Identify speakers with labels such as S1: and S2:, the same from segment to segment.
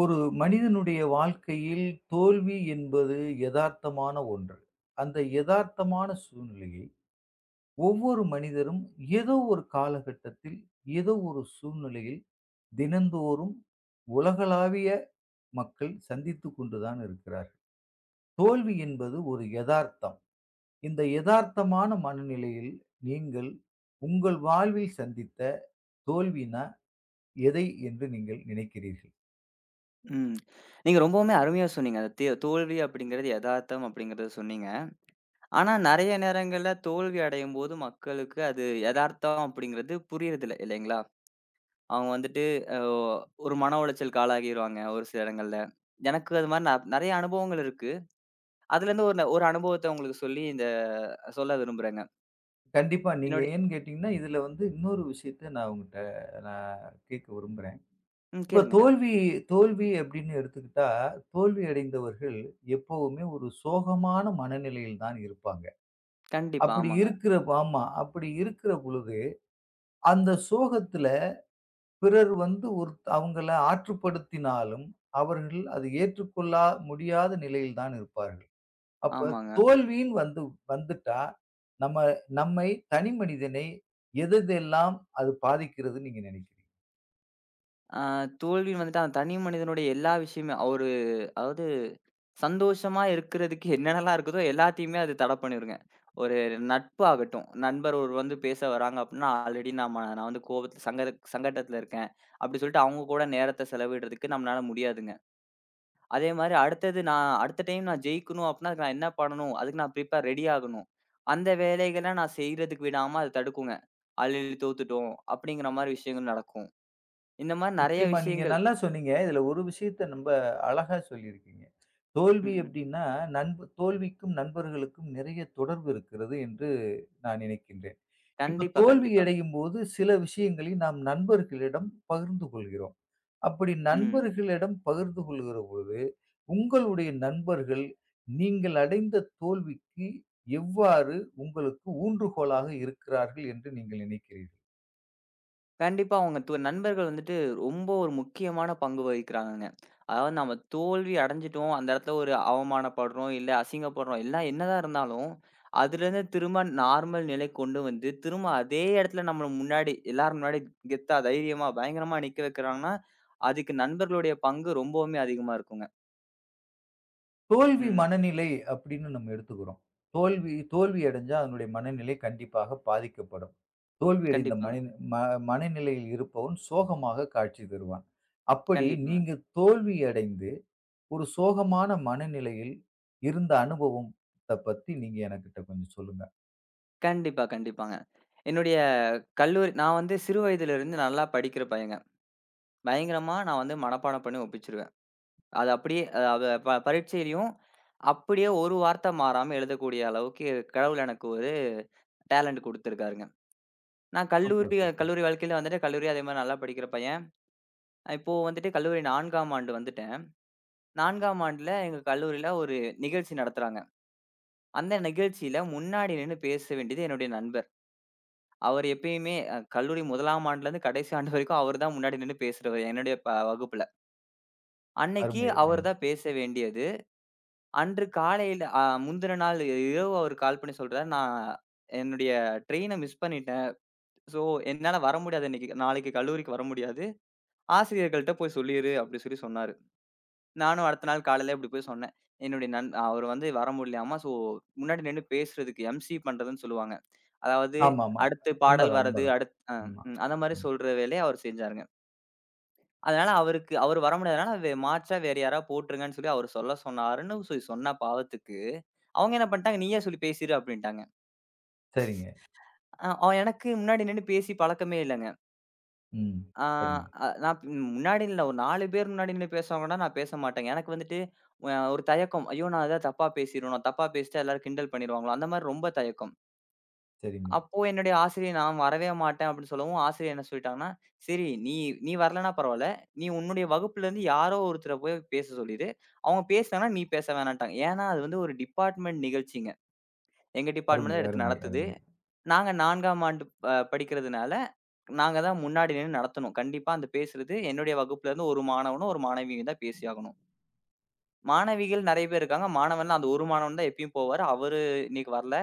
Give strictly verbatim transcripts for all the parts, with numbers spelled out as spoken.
S1: ஒரு மனிதனுடைய வாழ்க்கையில் தோல்வி என்பது யதார்த்தமான ஒன்று. அந்த யதார்த்தமான சூழ்நிலையை ஒவ்வொரு மனிதரும் ஏதோ ஒரு காலகட்டத்தில், ஏதோ ஒரு சூழ்நிலையில் தினந்தோறும் உலகளாவிய மக்கள் சந்தித்துக் கொண்டு தான் இருக்கிறார்கள். தோல்வி என்பது ஒரு யதார்த்தம். இந்த யதார்த்தமான மனநிலையில் நீங்கள் உங்கள் வாழ்வில் சந்தித்த தோல்வினா எதை என்று நீங்கள் நினைக்கிறீர்கள்?
S2: ம். நீங்க ரொம்பவுமே அருமையா சொன்னீங்க. அந்த தே தோல்வி அப்படிங்கிறது எதார்த்தம் அப்படிங்கிறத சொன்னீங்க. ஆனா நெறைய நேரங்கள்ல தோல்வி அடையும்போது மக்களுக்கு அது எதார்த்தம் அப்படிங்கிறது புரியறதில்ல இல்லைங்களா? அவங்க வந்துட்டு அ ஒரு மன உளைச்சலுக்கு ஆளாகிருவாங்க ஒரு சில இடங்கள்ல. எனக்கு அது மாரி ந நெறைய அனுபவங்கள் இருக்கு. அதுலேருந்து ஒரு ஒரு அனுபவத்த உங்களுக்கு சொல்லி இந்த சொல்ல விரும்புறேங்க.
S1: கண்டிப்பா. நீங்க
S2: என்னுடைய
S1: ஏன்னு கேட்டீங்கன்னா, இதுல வந்து இன்னொரு விஷயத்த நான் உங்கட்ட நான் கேட்க விரும்புறேன்.
S2: ம்
S1: இப்ப
S2: கேளுங்க.
S1: தோல்வி தோல்வி அப்படின்னு எடுத்துக்கிட்டா, தோல்வி அடைந்தவர்கள் எப்பவுமே ஒரு சோகமான மனநிலையில் தான் இருப்பாங்க.
S2: கண்டிப்பா.
S1: அப்படி
S2: ஆமாங்க,
S1: இருக்கிற ஆமா. அப்படி இருக்கிற பொழுது, அந்த சோகத்துல பிறர் வந்து ஒரு அவங்கள ஆற்றுப்படுத்தினாலும், அவர்கள் அதை ஏற்றுக்கொள்ள முடியாத நிலையில் தான் இருப்பார்கள். அப்ப
S2: ஆமாங்க.
S1: தோல்வின்னு வந்து வந்துட்டா, நம்ம நம்மை தனி மனிதனை எது எதெல்லாம் அது பாதிக்கிறதுன்னு நீங்க நினைக்கிறீங்க?
S2: அ தோல்வி வந்துட்டு அந்த தனி மனிதனுடைய எல்லா விஷயமே ஒரு அதாவது சந்தோஷமா இருக்கிறதுக்கு என்னென்னலாம் இருக்குதோ எல்லாத்தையுமே அது தடை பண்ணிருங்க. ஒரு நட்பு ஆகட்டும். நண்பர் ஒரு வந்து பேச வராங்க அப்டின்னா, ஆல்ரெடி நம்ம நான் வந்து கோவத்துல சங்கட சங்கடத்துல இருக்கேன். அப்டி சொல்லிட்டு அவங்க கூட நேரத்த செலவிடுறதுக்கு நம்மளால முடியாதுங்க. அதே மாரி அடுத்தது நான் அடுத்த டைம் நான் ஜெயிக்கணும் அப்டின்னா, அதுக்கு நான் என்ன பண்ணணும்? அதுக்கு நான் ப்ரிப்பேர் ரெடி ஆகணும். அந்த வேலைகள நான் செய்றதுக்கு விடாம அது தடுக்குங்க. ஆல்ரெடி தோத்துட்டோம் அப்டிங்கிற மாரி விஷயங்கள் நடக்கும். இந்த மாரி நெறைய
S1: நிச்சயமா நீங்க
S2: விஷயங்கள்.
S1: நல்லா சொன்னீங்க. இதுல ஒரு விஷயத்த நம்ப அழகா சொல்லியிருக்கீங்க.
S2: ம்,
S1: தோல்வி
S2: ம்.
S1: அப்டின்னா, நண்பு தோல்விக்கும் நண்பர்களுக்கும் நிறைய தொடர்பு இருக்கிறது என்று நான் நினைக்கின்றேன். இப்ப
S2: கண்டிப்பா,
S1: தோல்வி
S2: கண்டிப்பாங்க.
S1: அடையும்போது சில விஷயங்களை நாம் நண்பர்களிடம் பகிர்ந்து கொள்கிறோம். அப்படி
S2: ம்.
S1: நண்பர்களிடம் பகிர்ந்து கொள்கிற பொழுது, உங்களுடைய நண்பர்கள் நீங்கள் அடைந்த தோல்விக்கு எவ்வாறு உங்களுக்கு ஊன்றுகோலாக இருக்கிறார்கள் என்று நீங்கள் நினைக்கிறீர்கள்?
S2: கண்டிப்பா அவங்க து நண்பர்கள் வந்துட்டு ரொம்ப ஒரு முக்கியமான பங்கு வகிக்கிறாங்கங்க. அதாவது நம்ம தோல்வி அடைஞ்சுட்டோம். அந்த இடத்துல ஒரு அவமானப்படுறோம், இல்ல அசிங்கப்படுறோம். எல்லாம் என்னதான் இருந்தாலும், அதுலேருந்து திரும்ப நார்மல் நிலைக்கு கொண்டு வந்து, திரும்ப அதே இடத்துல நம்ம முன்னாடி எல்லாரும் முன்னாடி கெத்தா, தைரியமா, பயங்கரமா நிக்க வைக்கிறாங்கன்னா, அதுக்கு நண்பர்களுடைய பங்கு ரொம்பவுமே அதிகமா இருக்குங்க.
S1: தோல்வி
S2: ம்.
S1: மனநிலை அப்படின்னு நம்ம எடுத்துக்கிறோம். தோல்வி தோல்வி அடைஞ்சா அதனுடைய மனநிலை கண்டிப்பாக பாதிக்கப்படும். தோல்வி அடைந்த
S2: கண்டிப்பாங்க.
S1: மனி ம மனநிலையில் இருப்பவன் சோகமாக காட்சி தருவான். அப்படி
S2: கண்டிப்பாங்க.
S1: நீங்க தோல்வி அடைந்து ஒரு சோகமான மனநிலையில் இருந்த அனுபவம் த்த பத்தி நீங்க எனக்கிட்ட கொஞ்சம் சொல்லுங்க.
S2: கண்டிப்பா, கண்டிப்பாங்க. என்னுடைய கல்லூரி நான் வந்து சிறு வயதிலிருந்து நல்லா படிக்கிற பையங்க. பயங்கரமா நான் வந்து மனப்பாடம் பண்ணி ஒப்பிச்சுருவேன். அது அப்படியே அ அத ப பரீட்சையிலயும் அப்படியே ஒரு வார்த்தை மாறாம எழுதக்கூடிய அளவுக்கு கடவுள் எனக்கு ஒரு டேலண்ட் குடுத்துருக்காருங்க. நான்
S1: சூப்பர்,
S2: கல்லூரி
S1: சூப்பர்.
S2: கல்லூரி வாழ்க்கையில வந்துட்டு கல்லூரி அதே மாரி நல்லா படிக்கிற பையன். இப்போ வந்துட்டு கல்லூரி நாலாம் ஆண்டு வந்துட்டேன். நாலாம் ஆண்டுல எங்க கல்லூரியில ஒரு நிகழ்ச்சி நடத்துறாங்க. அந்த நிகழ்ச்சியில முன்னாடி நின்னு பேச வேண்டியது என்னுடைய நண்பர். அவர் எப்பயுமே அ கல்லூரி ஒன்னாம் ஆண்டுலேருந்து கடைசி ஆண்டு வரைக்கும் அவர் தான் முன்னாடி நின்னு பேசுறவரு என்னுடைய ப வகுப்புல. அன்னைக்கு
S1: அருமை.
S2: அவர்
S1: அ
S2: தான் பேச வேண்டியது. அன்று காலையில அ முந்தின நாள் இரவு அவரு கால் பண்ணி சொல்றாரு, "நான் என்னுடைய ட்ரெயின மிஸ் பண்ணிட்டேன். ஸோ என்னால வர முடியாது இன்னைக்கு. நாளைக்கு கல்லூரிக்கு வர முடியாது. ஆசிரியர்கள்ட்ட போய் சொல்லிரு" அப்படி சொல்லி சொன்னாரு. நானும் அடுத்த நாள் காலையில இப்படி போய் சொன்னேன். என்னுடைய நண் அவரு வந்து வர முடியலையாமா. ஸோ முன்னாடி நின்னு பேசுறதுக்கு எம்சி பண்றதுன்னு சொல்லுவாங்க. அதாவது
S1: ஆமாமா.
S2: அடுத்து பாடல்
S1: உண்மதான்,
S2: வர்றது,
S1: உண்மதான்.
S2: அடுத் அ
S1: ஆமா.
S2: ம் அந்த மாரி
S1: ம்.
S2: சொல்ற வேலைய அவரு செஞ்சாருங்க. அதனால அவருக்கு அவரு வர முடியாதனால, வே- மாற்றா வேற யாராவது போட்டுருங்கன்னு சொல்லி அவரு சொல்ல சொன்னாருன்னு சொல்லி சொன்ன பாவத்துக்கு அவங்க என்ன பண்ணிட்டாங்க, நீயே சொல்லி பேசிரு அப்படின்ட்டாங்க.
S1: சரிங்க.
S2: அ அவன் எனக்கு முன்னாடி நின்னு பேசி பழக்கமே இல்லங்க.
S1: ம்.
S2: ஆ
S1: சரிங்க,
S2: அ நான் பி- முன்னாடி இல்ல ஒரு நாலு பேர் முன்னாடி நின்னு பேசுவாங்கன்னா, நான் பேச மாட்டேங்க. எனக்கு வந்துட்டு அ ஒரு தயக்கம். ஐயோ! நான் ஏதாவது தப்பா பேசிருவேனோ, தப்பா பேசிட்டா எல்லாரும் கிண்டல் பண்ணிருவாங்களோ, அந்த மாரி ரொம்ப தயக்கம்.
S1: சரிங்க.
S2: அப்போ என்னுடைய ஆசிரியர் நான் வரவே மாட்டேன் அப்படின்னு சொல்லவும், ஆசிரியர் என்ன சொல்லிட்டாங்கன்னா, "சரி நீ நீ வரலன்னா பரவால்ல. நீ உன்னுடைய வகுப்புலேருந்து யாரோ ஒருத்தர போய் பேச சொல்லிரு. அவங்க பேசினாங்கன்னா நீ பேச வேணான்ட்டாங்க." ஏன்னா, அது வந்து ஒரு டிபார்ட்மெண்ட் நிகழ்ச்சிங்க. எங்க டிபார்ட்மெண்ட்
S1: அருமை,
S2: தான் எடுத்து
S1: அருமை,
S2: நடத்துது.
S1: அருமை.
S2: நாங்க நாலாம் ஆண்டு ப படிக்கிறதுனால, நாங்க தான் முன்னாடி நின்னு நடத்தணும். கண்டிப்பா அந்த பேசுறது என்னுடைய வகுப்புலருந்து ஒரு மாணவனும், ஒரு மாணவியும் தான் பேசியாகணும். மாணவிகள் நெறைய பேர் இருக்காங்க. மாணவன்லாம் அந்த ஒரு மாணவன் தான் எப்பயும் போவாரு. அவரு இன்னைக்கு வரல.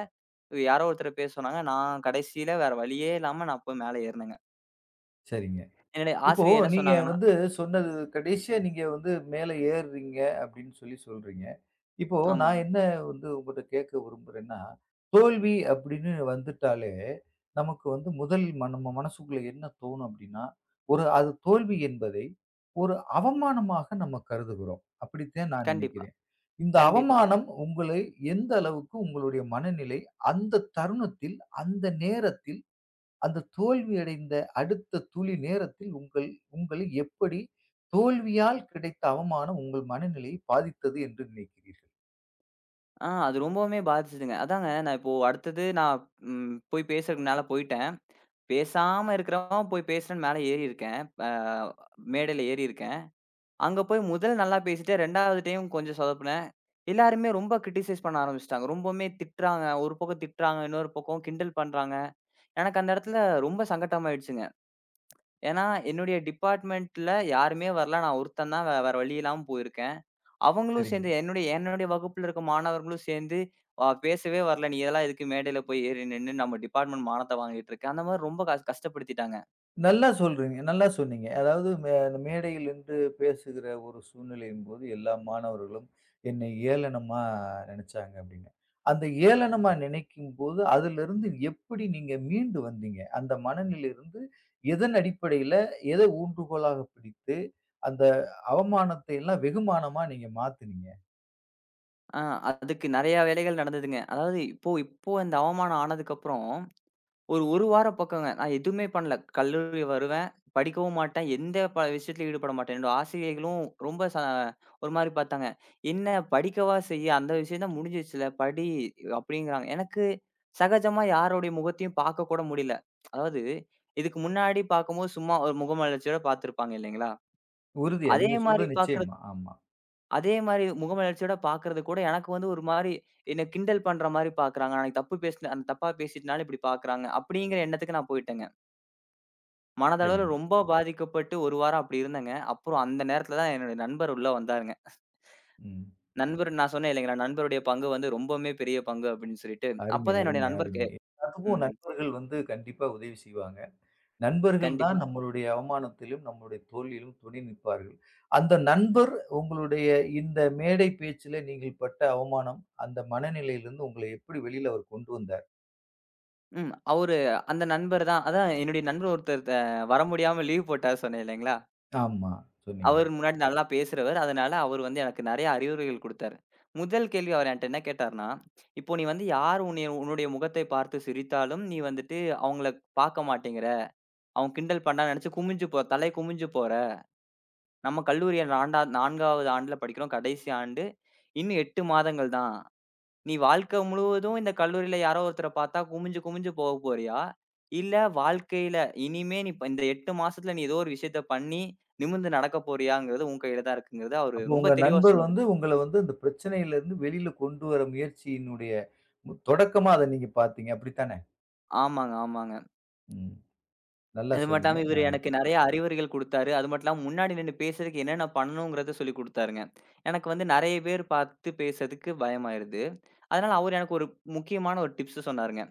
S2: யாரோ ஒருத்தர பேச சொன்னாங்க. நான் கடைசியில வேற வழியே இல்லாம நான் போய் மேல ஏறுனேங்க.
S1: சரிங்க.
S2: என்னுடைய
S1: இப்போ
S2: ஆசிரியர் என்ன
S1: நீங்க
S2: சொன்னாங்கன்னா
S1: வந்து சொன்னது கடைசியா நீங்க வந்து மேல ஏறுறீங்க அப்படின்னு சொல்லி சொல்றீங்க. இப்போ நான்
S2: ஆமாங்க.
S1: என்ன வந்து உங்கட்ட கேட்க விரும்புறேன்னா, தோல்வி அப்படின்னு வந்துட்டாலே, நமக்கு வந்து முதல் ம நம்ம மனசுக்குள்ள என்ன தோணும் அப்படின்னா, ஒரு அது தோல்வி என்பதை ஒரு அவமானமாக நம்ம கருதுகிறோம். அப்படித்தான் நான்
S2: கண்டிப்பா,
S1: நினைக்கிறேன். இந்த
S2: கண்டிப்பாங்க.
S1: அவமானம் உங்களை எந்த அளவுக்கு உங்களுடைய மனநிலை அந்த தருணத்தில், அந்த நேரத்தில் அந்த தோல்வி அடைந்த அடுத்த துளி நேரத்தில் உங்கள் உங்களை எப்படி தோல்வியால் கிடைத்த அவமானம் உங்கள் மனநிலையை பாதித்தது என்று நினைக்கிறீர்கள்?
S2: ஆ அது ரொம்பவுமே பாதிச்சதுங்க. அதாங்க நான் இப்போ அடுத்தது நான் ம் போய் பேசுறதுக்கு மேல போயிட்டேன். பேசாம இருக்கிறவன் போய் பேசுறேன்னு மேல ஏறியிருக்கேன். அ மேடையில ஏறியிருக்கேன். அங்க போய் முதல் நல்லா பேசிட்டேன். ரெண்டாவது டைம் கொஞ்சம் சொதப்புனேன். எல்லாருமே ரொம்ப கிரிட்டிசைஸ் பண்ண ஆரம்பிச்சுட்டாங்க. ரொம்பவுமே திட்டுறாங்க. ஒரு பக்கம் திட்டுறாங்க, இன்னொரு பக்கம் கிண்டல் பண்றாங்க. எனக்கு அந்த இடத்துல ரொம்ப சங்கட்டமாயிடுச்சுங்க. ஏன்னா, என்னுடைய டிபார்ட்மெண்ட்ல யாருமே வரல. நான் ஒருத்தன் தான் வே வேற வழி இல்லாம போயிருக்கேன். அவங்களும்
S1: சரிங்க.
S2: சேர்ந்து என்னுடைய என்னுடைய வகுப்புல இருக்க மாணவர்களும் சேர்ந்து, "அ பேசவே வரல. நீ இதெல்லாம் எதுக்கு மேடையில போய் ஏறி நின்னு நம்ம டிபார்ட்மெண்ட் மானத்த வாங்கிட்டு இருக்க?" அந்த மாரி ரொம்ப கஷ் கஷ்டப்படுத்திட்டாங்க.
S1: நல்லா சொல்றீங்க. நல்லா சொன்னீங்க. அதாவது மே அந்த மேடையில் நின்று பேசுகிற ஒரு சூழ்நிலையின்போது, எல்லா மாணவர்களும் என்னை ஏளனமா நெனச்சாங்க அப்படின்னு. அந்த ஏளனமா நினைக்கும்போது, அதிலிருந்து எப்படி நீங்க மீண்டு வந்தீங்க? அந்த மனநிலையிலிருந்து எதன் அடிப்படையில, எதை ஊன்றுகோலாக பிடித்து, அந்த அவமானத்தை எல்லாம் வெகுமானமா நீங்க மாத்துனீங்க?
S2: ஆ அதுக்கு நெறைய வேலைகள் நடந்ததுங்க. அதாவது இப்போ இப்போ இந்த அவமானம் ஆனதுக்கப்புறம் ஒரு 1 வாரம் பக்கங்க. நான் எதுவுமே பண்ணல. கல்லூரி வருவேன், படிக்கவும் மாட்டேன். எந்த ப விஷயத்திலயும் ஈடுபட மாட்டேன். என்னோட ஆசிரியைகளும் ரொம்ப ச ஒரு மாரி பார்த்தாங்க. "என்ன படிக்கவா செய்ய? அந்த விஷயம் தான் முடிஞ்சிருச்சுல, படி" அப்படிங்கிறாங்க. எனக்கு சகஜமா யாருடைய முகத்தையும் பார்க்க கூட முடியல. அதாவது இதுக்கு முன்னாடி பார்க்கும்போது சும்மா ஒரு முகமலர்ச்சியோட பார்த்திருப்பாங்க இல்லைங்களா?
S1: உறுதியா?
S2: அதே
S1: நீங்க
S2: மாரி
S1: சொல்றது
S2: பார்க்கறது
S1: நிச்சயமா? ஆமா.
S2: அதே மாரி முகமலர்ச்சியோட பார்க்கறது கூட எனக்கு வந்து ஒரு மாரி என்ன கிண்டல் பண்ற மாரி பார்க்குறாங்க. நான் தப்பு பேசின அந்த தப்பா பேசிட்டனால இப்படி பார்க்குறாங்க. அப்படிங்கிற எண்ணத்துக்கு நான் போயிட்டேங்க. மனதளவுல
S1: சரிங்க.
S2: ரொம்ப பாதிக்கப்பட்டு ஒரு வாரம் அப்படி இருந்தேங்க. அப்புறம் அந்த நேரத்துல தான் என்னுடைய நண்பர் உள்ள வந்தாருங்க.
S1: ம்.
S2: நண்பர் நான் சொன்னேன் இல்லைங்களா, நண்பருடைய பங்கு வந்து ரொம்பவுமே பெரிய பங்கு அப்படின்னு சொல்லிட்டு.
S1: அருமை,
S2: அப்பதான் என்னுடைய
S1: அருமை,
S2: நண்பருக்கு
S1: அருமை. எல்லாத்துக்கும்
S2: ம்.
S1: நண்பர்கள் வந்து கண்டிப்பா உதவி செய்வாங்க. நண்பர்கள் தான்
S2: கண்டிப்பா.
S1: நம்மளுடைய அவமானத்திலும், நம்மளுடைய தோல்வியிலும் துணை நிற்பார்கள். அந்த நண்பர் உங்களுடைய இந்த மேடை பேச்சில நீங்கள் பட்ட அவமானம், அந்த மனநிலையிலிருந்து உங்கள எப்படி வெளியில அவர் கொண்டு வந்தார்?
S2: ம். அவரு அந்த நண்பர் தான் அதான் என்னுடைய நண்பர் ஒருத்தர் த வர முடியாம லீவ் போட்டார் சொன்னேன் இல்லைங்களா?
S1: ஆமா, சொன்னீங்க.
S2: அவர் முன்னாடி நல்லா பேசுறவர். அதனால அவரு வந்து எனக்கு நெறைய அறிவுரைகள் குடுத்தாரு. முதல் கேள்வி அவர் என்ட்ட என்ன கேட்டார்ன்னா, "இப்போ நீ வந்து யார் உன்னைய உன்னுடைய முகத்தை பார்த்து சிரித்தாலும், நீ வந்துட்டு அவங்கள பார்க்க மாட்டேங்கிற. அவன் கிண்டல் பண்ணான்னு நெனச்சு குமிஞ்சு போ தலை குமிஞ்சு போற. நம்ம கல்லூரிய நான்டா நாலாவது ஆண்டுல படிக்கிறோம். கடைசி ஆண்டு. இன்னும் எட்டு மாதங்கள் தான். நீ வாழ்க்கை முழுவதும் இந்த கல்லூரியில யாரோ ஒருத்தர பாத்தா குமிஞ்சு குமிஞ்சு போக போறியா? இல்ல வாழ்க்கையில இனிமே நீ ப இந்த எட்டு மாசத்துல நீ ஏதோ ஒரு விஷயத்த பண்ணி நிமிர்ந்து நடக்க போறியாங்கிறது உன் கையில தான் இருக்குங்கிறது அவரு
S1: அப்போ
S2: ரொம்ப
S1: உங்க
S2: தெளிவா
S1: நண்பர் வந்து
S2: சொன்னாருங்க.
S1: உங்கள வந்து அந்த பிரச்சனையிலிருந்து வெளியில கொண்டு வர முயற்சியினுடைய மு தொடக்கமா அத நீங்க பார்த்தீங்க. அப்படித்தானே?
S2: ஆமாங்க, ஆமாங்க.
S1: ம். நல்லா
S2: அது மட்டும்
S1: சொன்னீங்க.
S2: இல்லாம
S1: அ
S2: இவரு எனக்கு நெறைய அறிவுரைகள் குடுத்தாரு. அது மட்டும் இல்லாம முன்னாடி நின்னு பேசுறதுக்கு என்னென்ன பண்ணணுங்கிறத சொல்லிக் குடுத்தாருங்க. எனக்கு வந்து நெறைய பேர் பார்த்து பேசுறதுக்கு பயமாயிருது. அதனால அவரு எனக்கு ஒரு முக்கியமான ஒரு டிப்ஸ் சொன்னாருங்க.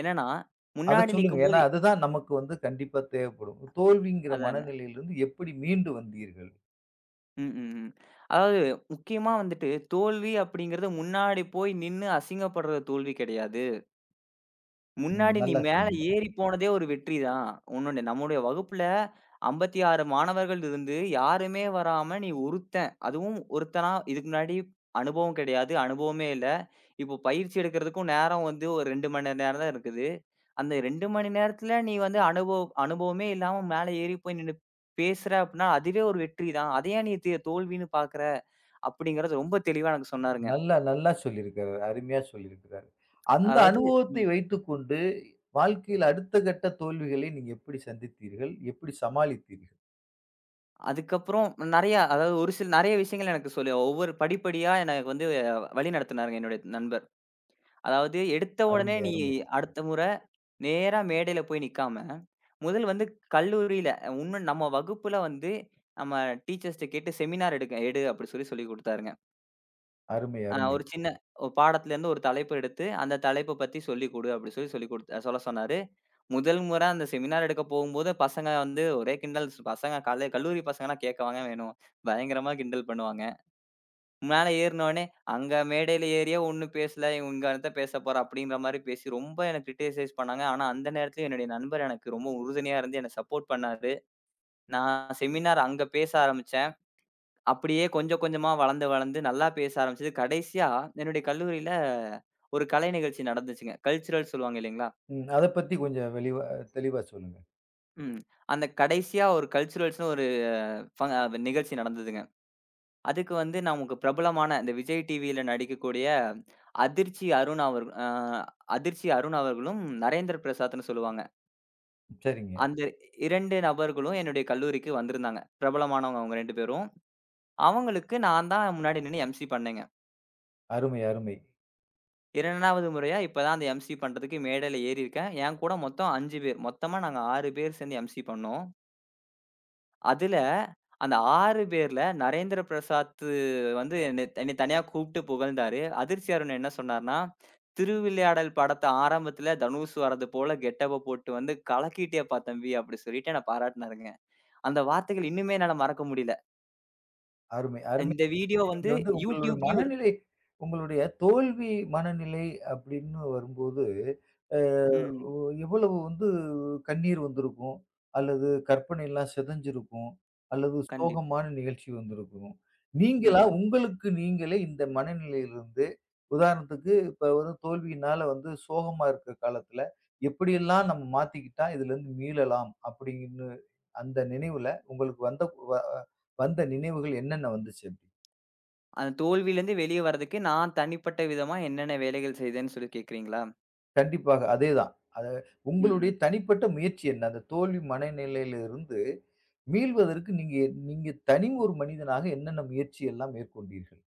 S2: என்னன்னா,
S1: அத
S2: முன்னாடி
S1: சொல்லுங்க. ஏன்னா,
S2: நிக்கும்போது
S1: அதுதான் நமக்கு வந்து கண்டிப்பா தேவைப்படும். தோல்விங்கிற
S2: அதாங்க.
S1: மனநிலையிலிருந்து எப்படி மீண்டு வந்தீர்கள்?
S2: ம், ம், ம். அதாவது முக்கியமா வந்துட்டு தோல்வி அப்படிங்கிறது முன்னாடி போய் நின்னு அசிங்கப்படுற தோல்வி கிடையாது.
S1: ம்.
S2: முன்னாடி நீ
S1: நல்லா
S2: மேல
S1: சொன்னீங்க.
S2: ஏறி போனதே ஒரு வெற்றி தான். உன்னோட நம்முடைய வகுப்புல ஐம்பத்தி ஆறு மாணவர்கள் இருந்து யாருமே வராம நீ ஒருத்தன், அதுவும் ஒருத்தனா இதுக்கு முன்னாடி அனுபவம் கிடையாது. அனுபவமே இல்ல. இப்போ பயிற்சி எடுக்கிறதுக்கும் நேரம் வந்து ஒரு ரெண்டு மணி நேரம் தான் இருக்குது. அந்த ரெண்டு மணி நேரத்துல நீ வந்து அனுபவ அனுபவமே இல்லாம மேல ஏறி போய் நின்னு பேசுற அப்டின்னா, அதுவே ஒரு வெற்றி தான். அத ஏன் நீ தே தோல்வின்னு பார்க்குற? அப்டிங்கிறது ரொம்ப தெளிவா எனக்கு சொன்னாருங்க.
S1: நல்லா, நல்லா சொல்லியிருக்கிறாரு. அருமையா சொல்லியிருக்கிறாரு. அந்த
S2: அதாவது
S1: அனுபவத்தை
S2: ம்.
S1: வைத்துக்கொண்டு, வாழ்க்கையில் அடுத்த கட்ட தோல்விகளை நீங்க எப்படி சந்தித்தீர்கள்? எப்படி சமாளித்தீர்கள்?
S2: அதுக்கப்புறம் நெறையா அதாவது ஒரு சில நெறைய விஷயங்கள் எனக்கு சொல்லி ஒவ்வொரு படிப்படியா எனக்கு வந்து அஹ், வழி நடத்துனாருங்க என்னுடைய நண்பர். அதாவது எடுத்த உடனே
S1: அருமை,
S2: நீ
S1: அருமை,
S2: அடுத்த முறை நேரா மேடையில போய் நிக்காம, முதல் வந்து கல்லூரியில அஹ், இன்னும் நம்ம வகுப்புல வந்து நம்ம டீச்சர்ஸ்ட்ட கேட்டு செமினார் எடுக்க எடு அப்படி சொல்லி சொல்லிக் குடுத்தாருங்க.
S1: அருமை,
S2: அ
S1: அருமை.
S2: ஒரு சின்ன ஒரு பாடத்துலேருந்து ஒரு தலைப்பு எடுத்து, அந்த தலைப்ப பத்தி சொல்லிக் குடு அப்டி சொல்லி சொல்லிக் குடுத் சொல்ல சொன்னாரு. முதல் முறை அந்த செமினார் எடுக்க போகும்போது பசங்க வந்து ஒரே கிண்டல். பசங்க காலே கல்லூரி பசங்கலாம் கேட்கவாங்க வேணும். பயங்கரமா கிண்டல் பண்ணுவாங்க. மேல ஏறுனோனே, "அங்க மேடையில ஏறியே ஒண்ணும் பேசல. இவங்க இங்க என்னத்த பேச போற?" அப்படிங்கிற மாரி பேசி ரொம்ப என்ன கிரிட்டிசைஸ் பண்ணாங்க. ஆனா அந்த நேரத்துல என்னுடைய நண்பர் எனக்கு ரொம்ப உறுதுணையா இருந்து என்ன சப்போர்ட் பண்ணாரு. நான் செமினார் அங்க பேச ஆரம்பிச்சேன். அப்படியே கொஞ்சம் கொஞ்சமா வளந்து, வளந்து நல்லா பேச ஆரம்பிச்சது. கடைசியா என்னுடைய கல்லூரியில ஒரு கலை நிகழ்ச்சி நடந்துச்சுங்க. கல்ச்சுரல்ஸ் சொல்லுவாங்க இல்லைங்களா?
S1: ம். அத பத்தி கொஞ்சம் வெளிவா தெளிவா சொல்லுங்க.
S2: ம். அந்த கடைசியா ஒரு கல்ச்சுரல்ஸ்ன்னு ஒரு ஃப நிகழ்ச்சி நடந்ததுங்க. அதுக்கு வந்து நமக்கு பிரபலமான இந்த விஜய் டிவியில நடிக்கக்கூடிய அதிர்ச்சி அருண் அவர் அ அதிர்ச்சி அருண் அவர்களும், நரேந்திர பிரசாத்ன்னு சொல்லுவாங்க.
S1: சரிங்க.
S2: அந்த ரெண்டு நபர்களும் என்னுடைய கல்லூரிக்கு வந்திருந்தாங்க. பிரபலமானவங்க அவங்க ரெண்டு பேரும். அவங்களுக்கு நான் தான் முன்னாடி நின்னு எம்சி பண்ணேங்க.
S1: அருமை, அருமை,
S2: ரெண்டாவது முறையா இப்ப தான் அந்த எம்சி பண்றதுக்கு மேடையில ஏறியிருக்கேன். என் கூட மொத்தம் அஞ்சு பேர். மொத்தமா நாங்க ஆறு பேர் சேர்ந்து எம்சி பண்ணோம். அதுல அந்த ஆறு பேர்ல நரேந்திர பிரசாத் வந்து என்னை என்னை தனியா கூப்பிட்டு புகழ்ந்தாரு. அதிர்ச்சி அருண் என்ன சொன்னார்ன்னா, "திருவிளையாடல் படத்த ஆரம்பத்துல தனுஷ் வர்றது போல கெட்டப்ப போட்டு வந்து கலக்கிட்டியேப்பா தம்பி!" அப்படி சொல்லிட்டு என்ன பாராட்டுனாருங்க. அந்த வார்த்தைகள் இன்னுமே என்னால மறக்க முடியல.
S1: அருமை,
S2: இந்த
S1: அருமையா
S2: வீடியோ
S1: நீங்க
S2: வந்து
S1: வந்து உங்களுடைய
S2: YouTubeலயும் இருக்கு.
S1: மனநிலை உங்களுடைய தோல்வி மனநிலை அப்படின்னு வரும்போது, அ
S2: ம்.
S1: ஒ எவ்வளவு வந்து கண்ணீர் வந்திருக்கும், அல்லது கற்பனைலாம் சிதஞ்சிருக்கும், அல்லது
S2: கண்டிப்
S1: சோகமான நிகழ்ச்சி வந்திருக்கும்.
S2: ம்.
S1: நீங்களா
S2: ம்.
S1: உங்களுக்கு நீங்களே இந்த மனநிலையிலிருந்து உதாரணத்துக்கு இப்ப வந்து தோல்வியினால வந்து சோகமா இருக்கிற காலத்துல, எப்படியெல்லாம் நம்ம மாத்திக்கிட்டா இதுலருந்து மீளலாம் அப்படின்னு அந்த நினைவுல உங்களுக்கு வந்த வ வந்த நினைவுகள் என்னென்ன வந்துச்சு?
S2: அந்த தோல்வியிலருந்து வெளிய வரதுக்கு நான் தனிப்பட்ட விதமா என்னென்ன வேலைகள் செய்தேன்னு சொல்லி கேட்கிறீங்களா?
S1: கண்டிப்பாக. அதேதான். அத
S2: ம்,
S1: உங்களுடைய
S2: ம்.
S1: தனிப்பட்ட முயற்சி என்ன? அந்த தோல்வி மனநிலையிலிருந்து மீள்வதற்கு நீங்க நீங்க தனி ஒரு மனிதனாக என்னென்ன முயற்சி எல்லாம் மேற்கொண்டீர்கள்?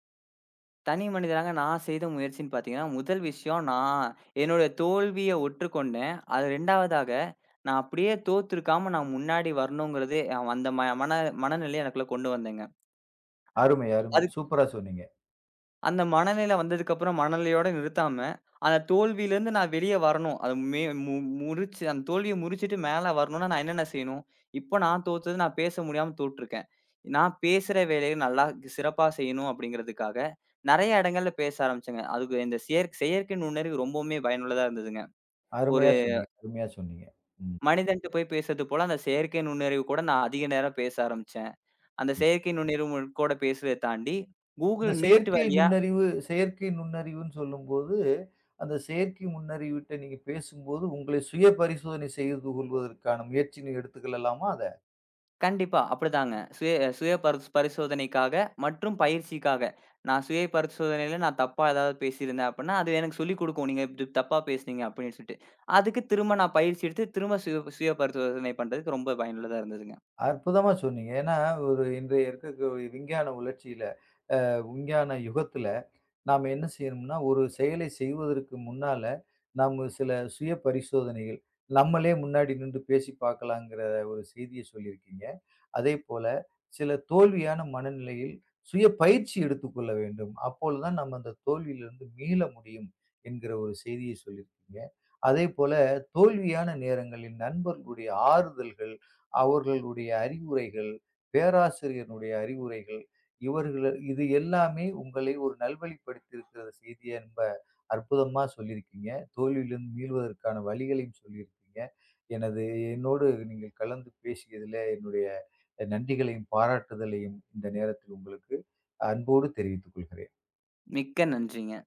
S2: தனி மனிதனாக நான் செய்த முயற்சின்னு பார்த்தீங்கன்னா, முதல் விஷயம் நான் என்னோட தோல்விய ஒற்றுக்கொண்டேன். அது ரெண்டாவதா நான் அப்படியே தோத்துருக்காம நான் முன்னாடி வரணுங்கிறது, அஹ் அந்த ம மன மனநிலைய எனக்குள்ள கொண்டு வந்தேங்க.
S1: அருமை, அருமை.
S2: அது
S1: சூப்பரா சொன்னீங்க.
S2: அந்த மனநிலை வந்ததுக்கப்புறம் மனநிலையோட நிறுத்தாம, அந்த தோல்வியிலேருந்து நான் வெளிய வரணும். அது மே மு முறிச்சு அந்த தோல்விய முறிச்சுட்டு மேல வரணும்னா நான் என்னென்ன செய்யணும்? இப்போ நான் தோத்தது நான் பேச முடியாம தோற்றுருக்கேன். நான் பேசுற வேலைய நல்லா சிறப்பா செய்யணும் அப்படிங்கிறதுக்காக, நெறைய இடங்கள்ல பேச ஆரம்பிச்சேங்க. அதுக்கு இந்த செயற் செயற்கை நுண்ணறிவு ரொம்பவுமே பயனுள்ளதா இருந்ததுங்க.
S1: அருமையா
S2: ஒரு
S1: சொன்னீங்க, அருமையா சொன்னீங்க. ம்.
S2: மனிதன்ட்ட போய் பேசுறது போல அந்த செயற்கை நுண்ணறிவு கூட நான் அதிக நேரம் பேச ஆரம்பிச்சேன். அந்த செயற்கை நுண்ணறிவு கூட பேசுறத தாண்டி,
S1: இந்த
S2: Google Meet
S1: செயற்கை
S2: வழியா
S1: நுண்ணறிவு செயற்கை நுண்ணறிவுன்னு சொல்லும்போது, அந்த செயற்கை நுண்ணறிவுட்ட நீங்க பேசும்போது, உங்களை சுய பரிசோதனை செய்து கொள்வதற்கான முயற்சின்னு எடுத்துக்கலாமா அத?
S2: கண்டிப்பா. அப்படிதாங்க. சுய சுய பரிஸ் பரிசோதனைக்காக மற்றும் பயிற்சிக்காக. நான் சுய பரிசோதனையில நான் தப்பா ஏதாவது பேசியிருந்தேன் அப்படின்னா, அது எனக்கு சொல்லிக் குடுக்கும். நீங்க இப்படி தப்பா பேசுனீங்க அப்படின்னு சொல்லிட்டு. அதுக்கு திரும்ப நான் பயிற்சி எடுத்து திரும்ப சுய சுய பரிசோதனை பண்றதுக்கு ரொம்ப பயனுள்ளதா இருந்ததுங்க.
S1: அற்புதமா சொன்னீங்க. ஏன்னா, ஒரு இன்றைய இருக்கக்கூடிய விஞ்ஞான உலர்ச்சியில, விஞ்ஞான யுகத்துல நாம என்ன செய்யணும்னா, ஒரு செயலை செய்வதற்கு முன்னால, நாம சில சுய பரிசோதனைகள், நம்மளே முன்னாடி நின்று பேசி பார்க்கலாங்கிற ஒரு செய்திய சொல்லியிருக்கீங்க. அதேபோல, சில தோல்வியான மனநிலையில் சுய பயிற்சி எடுத்துக்கொள்ள வேண்டும். அப்பொழுதுதான் நம்ம அந்த தோல்வியிலிருந்து மீள முடியும் என்கிற ஒரு செய்திய சொல்லியிருக்கீங்க. அதேபோல, தோல்வியான நேரங்களில் நண்பர்களுடைய ஆறுதல்கள், அவர்களுடைய அறிவுரைகள், பேராசிரியருடைய அறிவுரைகள் இவர்கள இது எல்லாமே உங்களை ஒரு நல்வழிப்படுத்தியிருக்கிற செய்திய ரொம்ப அற்புதமா சொல்லியிருக்கீங்க. தோல்வியிலிருந்து மீள்வதற்கான வழிகளையும் சொல்லியிருக்கீங்க. எனது என்னோடு நீங்கள் கலந்து பேசியதிலே என்னுடைய நன்றிகளையும், பாராட்டுதலையும் இந்த நேரத்தில் உங்களுக்கு அன்போடு தெரிவித்துக் கொள்கிறேன்.
S2: மிக்க நன்றிங்க.